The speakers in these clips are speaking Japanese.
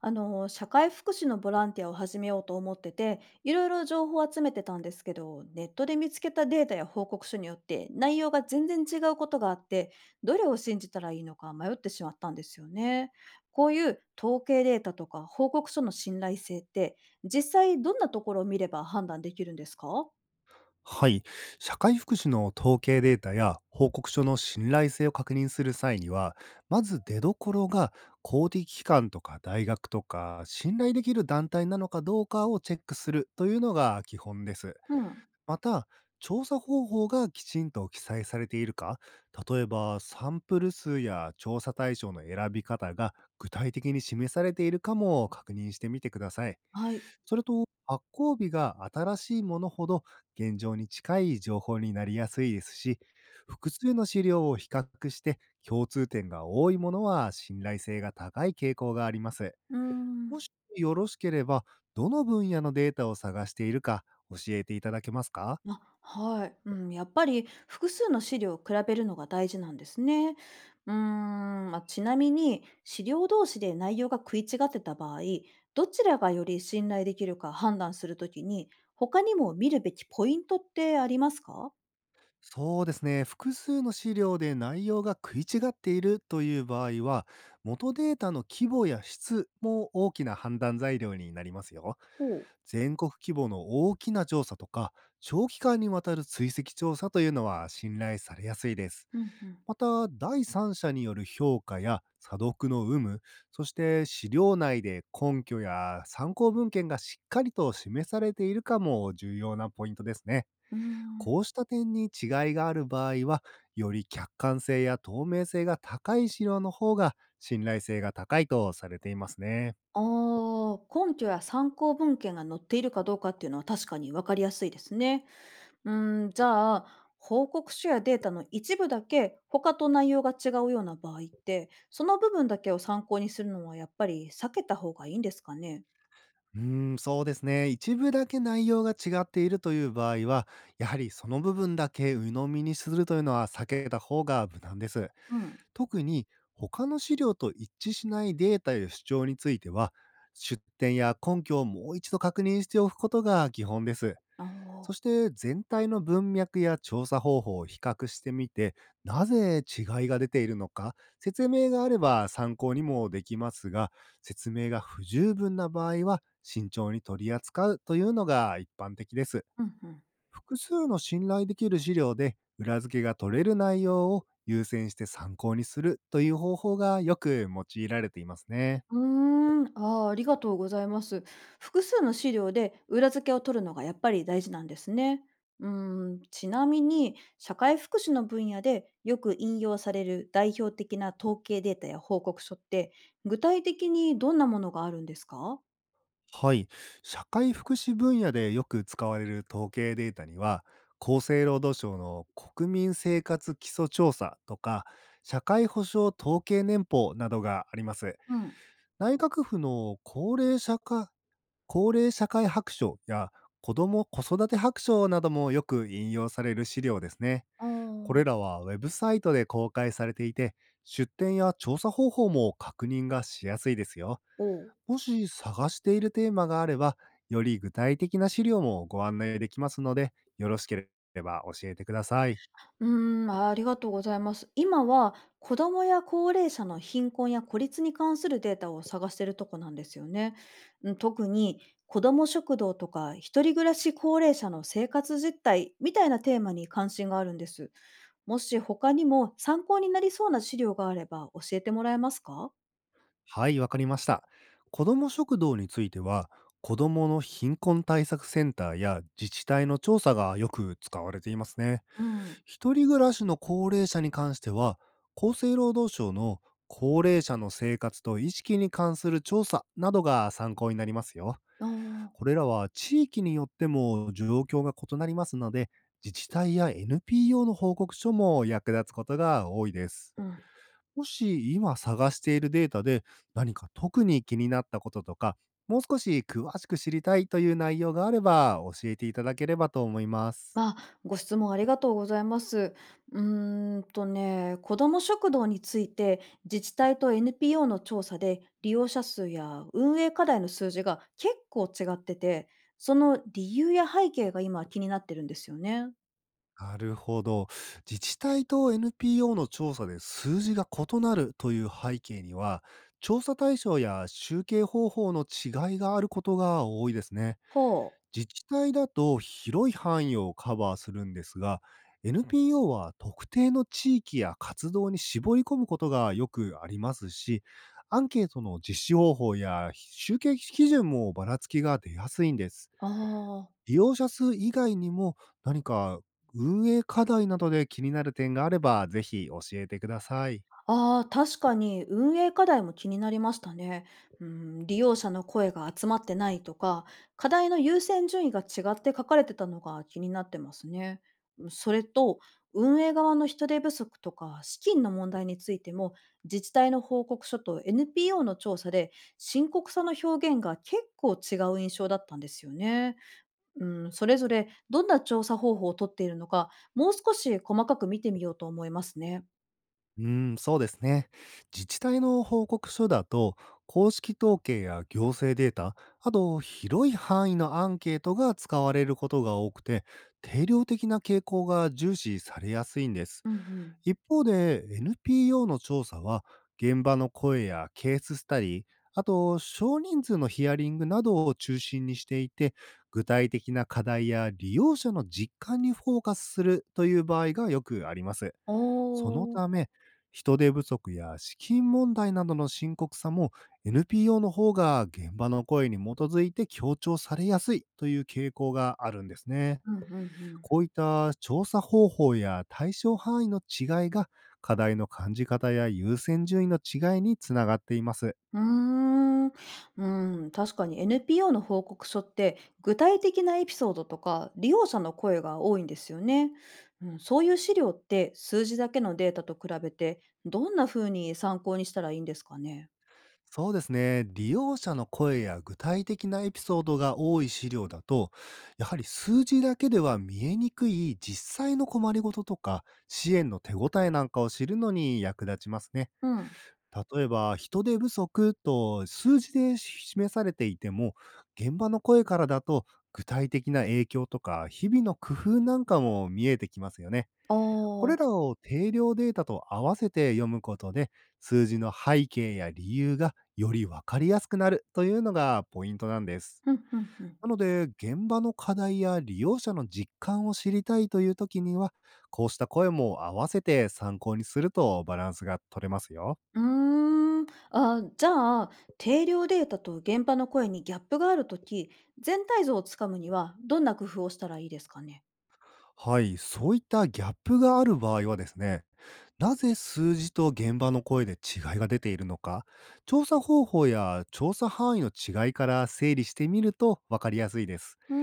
社会福祉のボランティアを始めようと思ってて、いろいろ情報を集めてたんですけど、ネットで見つけたデータや報告書によって内容が全然違うことがあって、どれを信じたらいいのか迷ってしまったんですよね。こういう統計データとか報告書の信頼性って、実際どんなところを見れば判断できるんですか？はい。社会福祉の統計データや報告書の信頼性を確認する際には、まず出どころが公的機関とか大学とか信頼できる団体なのかどうかをチェックするというのが基本です。うん。また、調査方法がきちんと記載されているか、例えばサンプル数や調査対象の選び方が具体的に示されているかも確認してみてください。はい。それと、発行日が新しいものほど現状に近い情報になりやすいですし、複数の資料を比較して共通点が多いものは信頼性が高い傾向があります。うーもん。しよろしければ、どの分野のデータを探しているか教えていただけますか？あ、はい。うん、やっぱり複数の資料を比べるのが大事なんですね。うーん、まあ、ちなみに資料同士で内容が食い違ってた場合、どちらがより信頼できるか判断するときに、他にも見るべきポイントってありますか？そうですね。複数の資料で内容が食い違っているという場合は、元データの規模や質も大きな判断材料になりますよ。ほう。全国規模の大きな調査とか、長期間にわたる追跡調査というのは信頼されやすいです。うん、うん。また、第三者による評価や査読の有無、そして資料内で根拠や参考文献がしっかりと示されているかも重要なポイントですね。うーん。こうした点に違いがある場合は、より客観性や透明性が高い資料の方が信頼性が高いとされていますね。ああ、根拠や参考文献が載っているかどうかっていうのは確かに分かりやすいですね。うーん、じゃあ、報告書やデータの一部だけ他と内容が違うような場合って、その部分だけを参考にするのはやっぱり避けた方がいいんですかね？うーん、そうですね。一部だけ内容が違っているという場合は、やはりその部分だけ鵜呑みにするというのは避けた方が無難です。うん。特に他の資料と一致しないデータや主張については、出典や根拠をもう一度確認しておくことが基本です。あそあ。して全体の文脈や調査方法を比較してみて、なぜ違いが出ているのか、説明があれば参考にもできますが、説明が不十分な場合は慎重に取り扱うというのが一般的です。うんうん。複数の信頼できる資料で裏付けが取れる内容を優先して参考にするという方法がよく用いられていますね。うーん、ああ、ありがとうございます。複数の資料で裏付けを取るのがやっぱり大事なんですね。うーん、ちなみに、社会福祉の分野でよく引用される代表的な統計データや報告書って、具体的にどんなものがあるんですか？はい。社会福祉分野でよく使われる統計データには、厚生労働省の国民生活基礎調査とか、社会保障統計年報などがあります。うん。内閣府の高齢社会白書や子ども子育て白書などもよく引用される資料ですね。あこれー。らはウェブサイトで公開されていて、出典や調査方法も確認がしやすいですよ。おう。もし探しているテーマがあれば、より具体的な資料もご案内できますので、よろしければ教えてください。うーん、ありがとうございます。今は子どもや高齢者の貧困や孤立に関するデータを探しているとこなんですよね。うん、特に子ども食堂とか一人暮らし高齢者の生活実態みたいなテーマに関心があるんです。もし他にも参考になりそうな資料があれば教えてもらえますか？はい、わかりました。子ども食堂については、子どもの貧困対策センターや自治体の調査がよく使われていますね。うん。一人暮らしの高齢者に関しては、厚生労働省の高齢者の生活と意識に関する調査などが参考になりますよ。あこあ。れらは地域によっても状況が異なりますので、自治体や NPO の報告書も役立つことが多いです。うん。もし今探しているデータで何か特に気になったこととか、もう少し詳しく知りたいという内容があれば教えていただければと思います。まあ、ご質問ありがとうございます。子ども食堂について自治体と NPO の調査で利用者数や運営課題の数字が結構違ってて、その理由や背景が今気になってるんですよね。なるほど。自治体と NPO の調査で数字が異なるという背景には、調査対象や集計方法の違いがあることが多いですね。ほう。自治体だと広い範囲をカバーするんですが、NPO は特定の地域や活動に絞り込むことがよくありますし、アンケートの実施方法や集計基準もばらつきが出やすいんです。あ利用者数以外にも何か運営課題などで気になる点があれば、ぜひ教えてください。ああ、確かに運営課題も気になりましたね。うん、利用者の声が集まってないとか、課題の優先順位が違って書かれてたのが気になってますね。うん、それと、運営側の人手不足とか資金の問題についても、自治体の報告書と NPO の調査で深刻さの表現が結構違う印象だったんですよね。うん、それぞれどんな調査方法をとっているのか、もう少し細かく見てみようと思いますね。うーん、そうですね。自治体の報告書だと、公式統計や行政データ、あと広い範囲のアンケートが使われることが多くて、定量的な傾向が重視されやすいんです。うんうん。一方で NPO の調査は、現場の声やケーススタディ、あと少人数のヒアリングなどを中心にしていて、具体的な課題や利用者の実感にフォーカスするという場合がよくあります。おそのお、ため、人手不足や資金問題などの深刻さも NPO の方が現場の声に基づいて強調されやすいという傾向があるんですね。うんうんうん。こういった調査方法や対象範囲の違いが課題の感じ方や優先順位の違いにつながっています。うーん、うん、確かに NPO の報告書って、具体的なエピソードとか、利用者の声が多いんですよね。うん、そういう資料って、数字だけのデータと比べて、どんな風に参考にしたらいいんですかね？そうですね。利用者の声や具体的なエピソードが多い資料だと、やはり数字だけでは見えにくい実際の困りごととか、支援の手応えなんかを知るのに役立ちますね。うん。例えば、人手不足と数字で示されていても、現場の声からだと具体的な影響とか、日々の工夫なんかも見えてきますよね。あこれあ、らを定量データと合わせて読むことで、数字の背景や理由がよりわかりやすくなるというのがポイントなんです。うんうんうん。なので、現場の課題や利用者の実感を知りたいという時には、こうした声も合わせて参考にするとバランスが取れますよ。うーん。あ、じゃあ、定量データと現場の声にギャップがあるとき、全体像をつかむには、どんな工夫をしたらいいですかね？はい、そういったギャップがある場合はですね、なぜ数字と現場の声で違いが出ているのか、調査方法や調査範囲の違いから整理してみると分かりやすいです。うー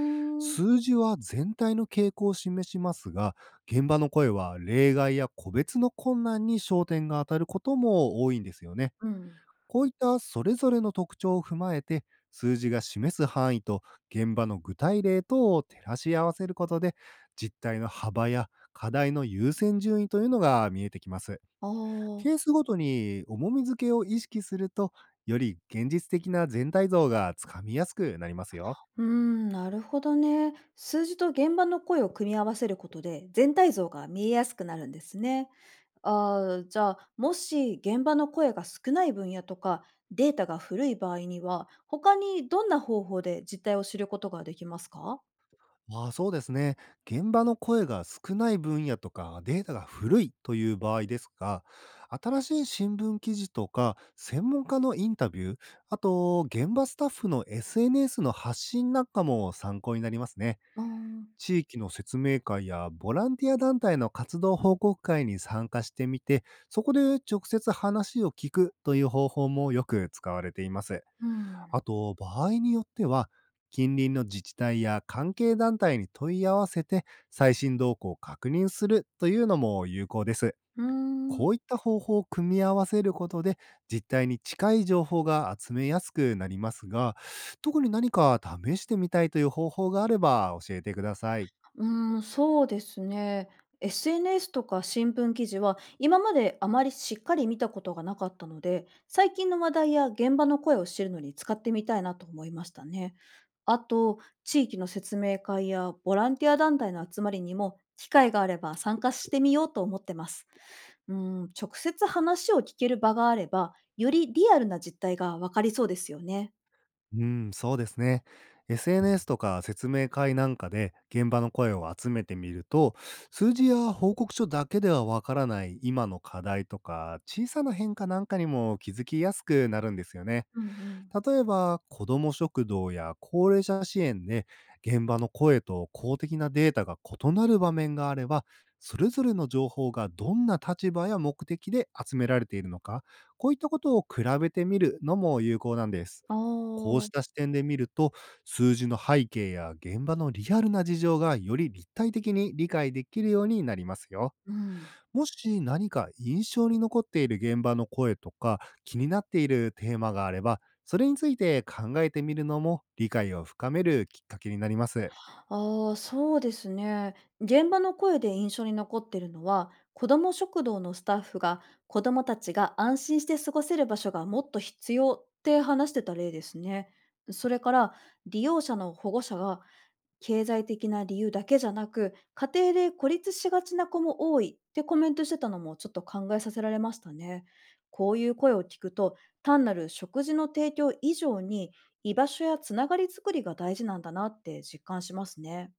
ん。数字は全体の傾向を示しますが、現場の声は例外や個別の困難に焦点が当たることも多いんですよね。うん。こういったそれぞれの特徴を踏まえて、数字が示す範囲と現場の具体例等を照らし合わせることで、実態の幅や課題の優先順位というのが見えてきます。ああ、ケースごとに重み付けを意識すると、より現実的な全体像がつかみやすくなりますよ。うーん、なるほどね。数字と現場の声を組み合わせることで、全体像が見えやすくなるんですね。ああ、じゃあ、もし現場の声が少ない分野とか、データが古い場合には、他にどんな方法で実態を知ることができますか？ああ、そうですね。現場の声が少ない分野とかデータが古いという場合ですが、新しい新聞記事とか専門家のインタビュー、あと現場スタッフの SNS の発信なんかも参考になりますね。ああ、地域の説明会やボランティア団体の活動報告会に参加してみて、そこで直接話を聞くという方法もよく使われています。うん、あと、場合によっては、近隣の自治体や関係団体に問い合わせて最新動向を確認するというのも有効です。うーこん。ういった方法を組み合わせることで実態に近い情報が集めやすくなりますが、特に何か試してみたいという方法があれば教えてください。うーん、そうですね。SNS とか新聞記事は今まであまりしっかり見たことがなかったので、最近の話題や現場の声を知るのに使ってみたいなと思いましたね。あと、地域の説明会やボランティア団体の集まりにも機会があれば参加してみようと思ってます。うーん、直接話を聞ける場があれば、よりリアルな実態がわかりそうですよね。うん、そうですね。SNS とか説明会なんかで現場の声を集めてみると、数字や報告書だけではわからない今の課題とか、小さな変化なんかにも気づきやすくなるんですよね。うんうん。例えば、子ども食堂や高齢者支援で、現場の声と公的なデータが異なる場面があれば、それぞれの情報がどんな立場や目的で集められているのか、こういったことを比べてみるのも有効なんです。あこうしあ、た視点で見ると、数字の背景や現場のリアルな事情がより立体的に理解できるようになりますよ。うん。もし何か印象に残っている現場の声とか、気になっているテーマがあれば、それについて考えてみるのも理解を深めるきっかけになります。ああ、そうですね。現場の声で印象に残ってるのは、子ども食堂のスタッフが子どもたちが安心して過ごせる場所がもっと必要って話してた例ですね。それから利用者の保護者が経済的な理由だけじゃなく、家庭で孤立しがちな子も多いってコメントしてたのもちょっと考えさせられましたね。こういう声を聞くと、単なる食事の提供以上に居場所やつながり作りが大事なんだなって実感しますね。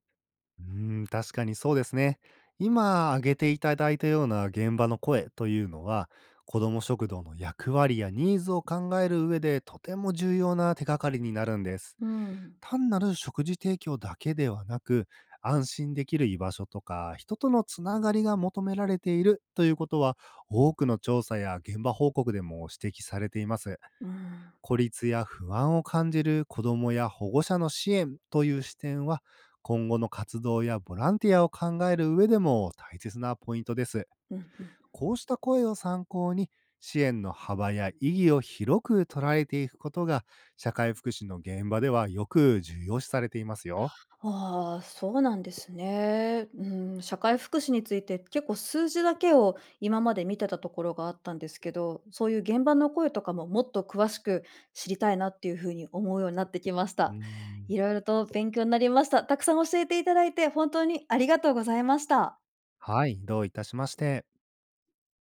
うーん、確かにそうですね。今挙げていただいたような現場の声というのは、子ども食堂の役割やニーズを考える上でとても重要な手がかりになるんです。うん、単なる食事提供だけではなく、安心できる居場所とか、人とのつながりが求められているということは、多くの調査や現場報告でも指摘されています。うん、孤立や不安を感じる子どもや保護者の支援という視点は、今後の活動やボランティアを考える上でも大切なポイントです。うん、うん。こうした声を参考に、支援の幅や意義を広く捉えていくことが、社会福祉の現場ではよく重要視されていますよ。ああ、そうなんですね。うん、社会福祉について結構数字だけを今まで見てたところがあったんですけど、そういう現場の声とかももっと詳しく知りたいなっていうふうに思うようになってきましうーた。んいろいろと勉強になりました。たくさん教えていただいて本当にありがとうございました。はい、どういたしまして。